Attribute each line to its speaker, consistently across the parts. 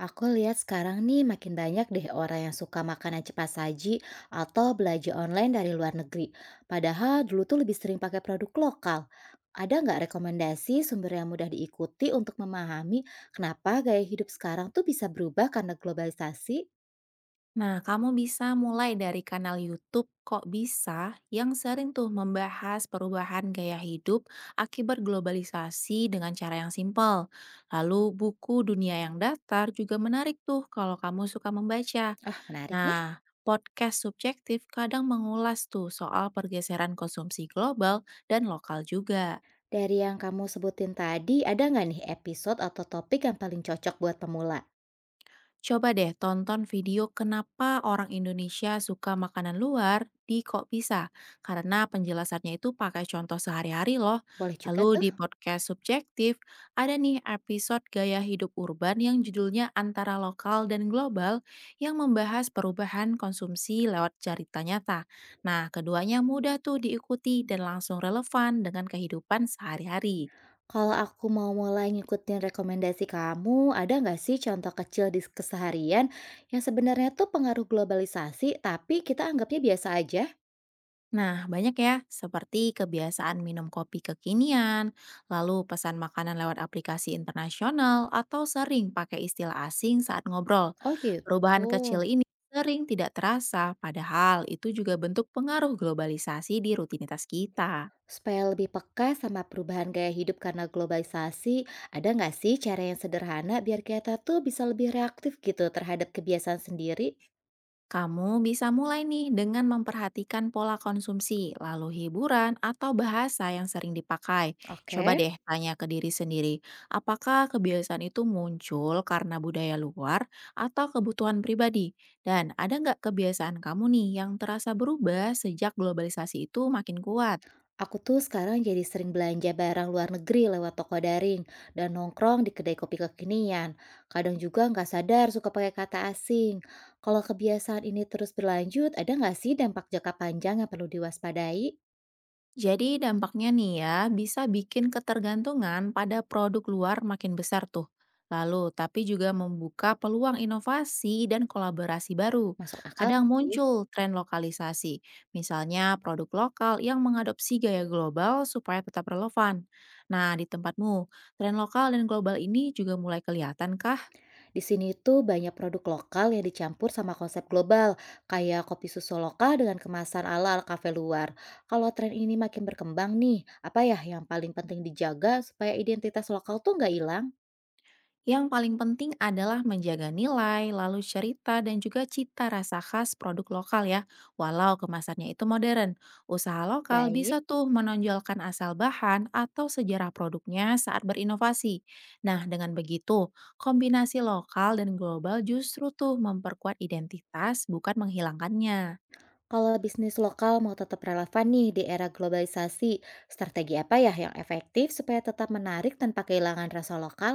Speaker 1: Aku lihat sekarang nih makin banyak deh orang yang suka makanan cepat saji atau belanja online dari luar negeri. Padahal dulu tuh lebih sering pakai produk lokal. Ada nggak rekomendasi sumber yang mudah diikuti untuk memahami kenapa gaya hidup sekarang tuh bisa berubah karena globalisasi?
Speaker 2: Nah, kamu bisa mulai dari kanal YouTube Kok Bisa yang sering tuh membahas perubahan gaya hidup akibat globalisasi dengan cara yang simpel. Lalu buku Dunia yang Datar juga menarik tuh kalau kamu suka membaca.
Speaker 1: Ah, menarik ya.
Speaker 2: Nah, podcast subjektif kadang mengulas tuh soal pergeseran konsumsi global dan lokal juga.
Speaker 1: Dari yang kamu sebutin tadi, ada nggak nih episode atau topik yang paling cocok buat pemula?
Speaker 2: Coba deh tonton video kenapa orang Indonesia suka makanan luar di Kok Bisa, karena penjelasannya itu pakai contoh sehari-hari loh.
Speaker 1: Boleh juga
Speaker 2: Lalu
Speaker 1: tuh.
Speaker 2: di podcast subjektif, ada nih episode gaya hidup urban yang judulnya antara lokal dan global yang membahas perubahan konsumsi lewat cerita nyata. Nah, keduanya mudah tuh diikuti dan langsung relevan dengan kehidupan sehari-hari.
Speaker 1: Kalau aku mau mulai ngikutin rekomendasi kamu, ada nggak sih contoh kecil di keseharian yang sebenarnya tuh pengaruh globalisasi, tapi kita anggapnya biasa aja?
Speaker 2: Nah, banyak ya, seperti kebiasaan minum kopi kekinian, lalu pesan makanan lewat aplikasi internasional, atau sering pakai istilah asing saat ngobrol.
Speaker 1: Oh gitu.
Speaker 2: Perubahan kecil ini sering tidak terasa, padahal itu juga bentuk pengaruh globalisasi di rutinitas kita.
Speaker 1: Supaya lebih peka sama perubahan gaya hidup karena globalisasi, ada nggak sih cara yang sederhana biar kita tuh bisa lebih reaktif gitu terhadap kebiasaan sendiri?
Speaker 2: Kamu bisa mulai nih dengan memperhatikan pola konsumsi, lalu hiburan atau bahasa yang sering dipakai. Coba
Speaker 1: Oke.
Speaker 2: deh tanya ke diri sendiri, apakah kebiasaan itu muncul karena budaya luar atau kebutuhan pribadi? Dan ada nggak kebiasaan kamu nih yang terasa berubah sejak globalisasi itu makin kuat?
Speaker 1: Aku tuh sekarang jadi sering belanja barang luar negeri lewat toko daring dan nongkrong di kedai kopi kekinian. Kadang juga nggak sadar suka pakai kata asing. Kalau kebiasaan ini terus berlanjut, ada nggak sih dampak jangka panjang yang perlu diwaspadai?
Speaker 2: Jadi dampaknya nih ya, bisa bikin ketergantungan pada produk luar makin besar tuh. Lalu, tapi juga membuka peluang inovasi dan kolaborasi baru.
Speaker 1: Masuk akal
Speaker 2: Kadang
Speaker 1: sih.
Speaker 2: muncul tren lokalisasi, misalnya produk lokal yang mengadopsi gaya global supaya tetap relevan. Nah, di tempatmu, tren lokal dan global ini juga mulai kelihatan kah?
Speaker 1: Di sini tuh banyak produk lokal yang dicampur sama konsep global, kayak kopi susu lokal dengan kemasan ala kafe luar. Kalau tren ini makin berkembang nih, apa ya yang paling penting dijaga supaya identitas lokal tuh nggak hilang?
Speaker 2: Yang paling penting adalah menjaga nilai, lalu cerita, dan juga cita rasa khas produk lokal ya, walau kemasannya itu modern. Usaha lokal
Speaker 1: Baik.
Speaker 2: bisa tuh menonjolkan asal bahan atau sejarah produknya saat berinovasi. Nah, dengan begitu, kombinasi lokal dan global justru tuh memperkuat identitas, bukan menghilangkannya.
Speaker 1: Kalau bisnis lokal mau tetap relevan nih di era globalisasi, strategi apa ya yang efektif supaya tetap menarik tanpa kehilangan rasa lokal?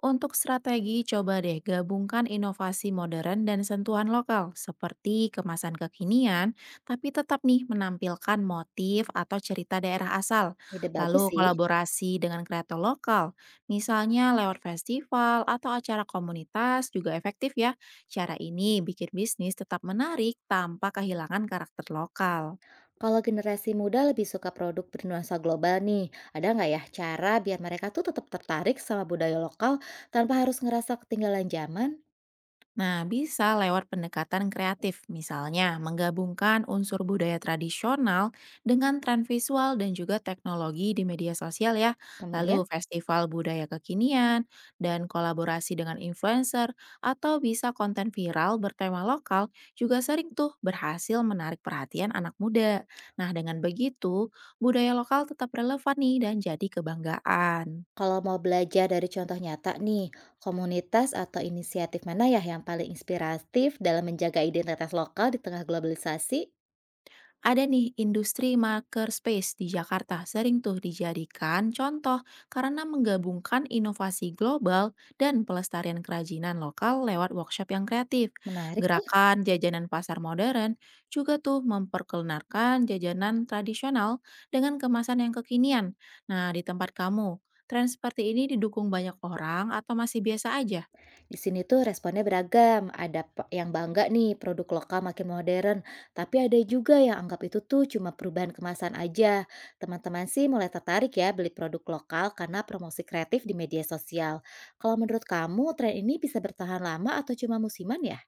Speaker 2: Untuk strategi, coba deh gabungkan inovasi modern dan sentuhan lokal, seperti kemasan kekinian, tapi tetap nih menampilkan motif atau cerita daerah asal.
Speaker 1: Ide bagus
Speaker 2: Lalu
Speaker 1: sih.
Speaker 2: kolaborasi dengan kreator lokal, misalnya lewat festival atau acara komunitas juga efektif ya. Cara ini bikin bisnis tetap menarik tanpa kehilangan karakter lokal.
Speaker 1: Kalau generasi muda lebih suka produk bernuansa global nih, ada nggak ya cara biar mereka tuh tetap tertarik sama budaya lokal tanpa harus ngerasa ketinggalan zaman?
Speaker 2: Nah, bisa lewat pendekatan kreatif, misalnya menggabungkan unsur budaya tradisional dengan tren visual dan juga teknologi di media sosial ya. Lalu
Speaker 1: Kemudian,
Speaker 2: festival budaya kekinian dan kolaborasi dengan influencer atau bisa konten viral bertema lokal juga sering tuh berhasil menarik perhatian anak muda. Nah, dengan begitu budaya lokal tetap relevan nih dan jadi kebanggaan.
Speaker 1: kalau mau belajar dari contoh nyata nih, komunitas atau inisiatif mana ya yang paling inspiratif dalam menjaga identitas lokal di tengah globalisasi?
Speaker 2: Ada nih industri makerspace di Jakarta sering tuh dijadikan contoh karena menggabungkan inovasi global dan pelestarian kerajinan lokal lewat workshop yang kreatif.
Speaker 1: Menarik.
Speaker 2: Gerakan jajanan pasar modern juga tuh memperkenalkan jajanan tradisional dengan kemasan yang kekinian. Nah, di tempat kamu, tren seperti ini didukung banyak orang atau masih biasa aja?
Speaker 1: Di sini tuh responnya beragam, ada yang bangga nih produk lokal makin modern, tapi ada juga yang anggap itu tuh cuma perubahan kemasan aja. Teman-teman sih mulai tertarik ya beli produk lokal karena promosi kreatif di media sosial. Kalau menurut kamu, tren ini bisa bertahan lama atau cuma musiman ya?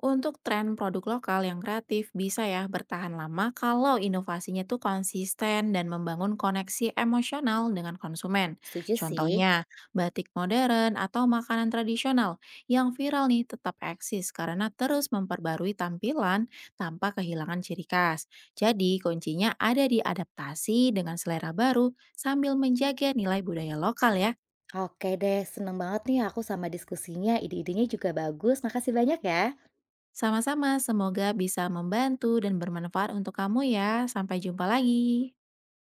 Speaker 2: Untuk tren produk lokal yang kreatif bisa ya bertahan lama kalau inovasinya tuh konsisten dan membangun koneksi emosional dengan konsumen.
Speaker 1: Setuju sih.
Speaker 2: Contohnya, batik modern atau makanan tradisional yang viral nih tetap eksis karena terus memperbarui tampilan tanpa kehilangan ciri khas. Jadi, kuncinya ada di adaptasi dengan selera baru sambil menjaga nilai budaya lokal ya.
Speaker 1: Oke deh, seneng banget nih aku sama diskusinya. Ide-idenya juga bagus. Makasih banyak ya.
Speaker 2: Sama-sama, semoga bisa membantu dan bermanfaat untuk kamu ya. Sampai jumpa lagi.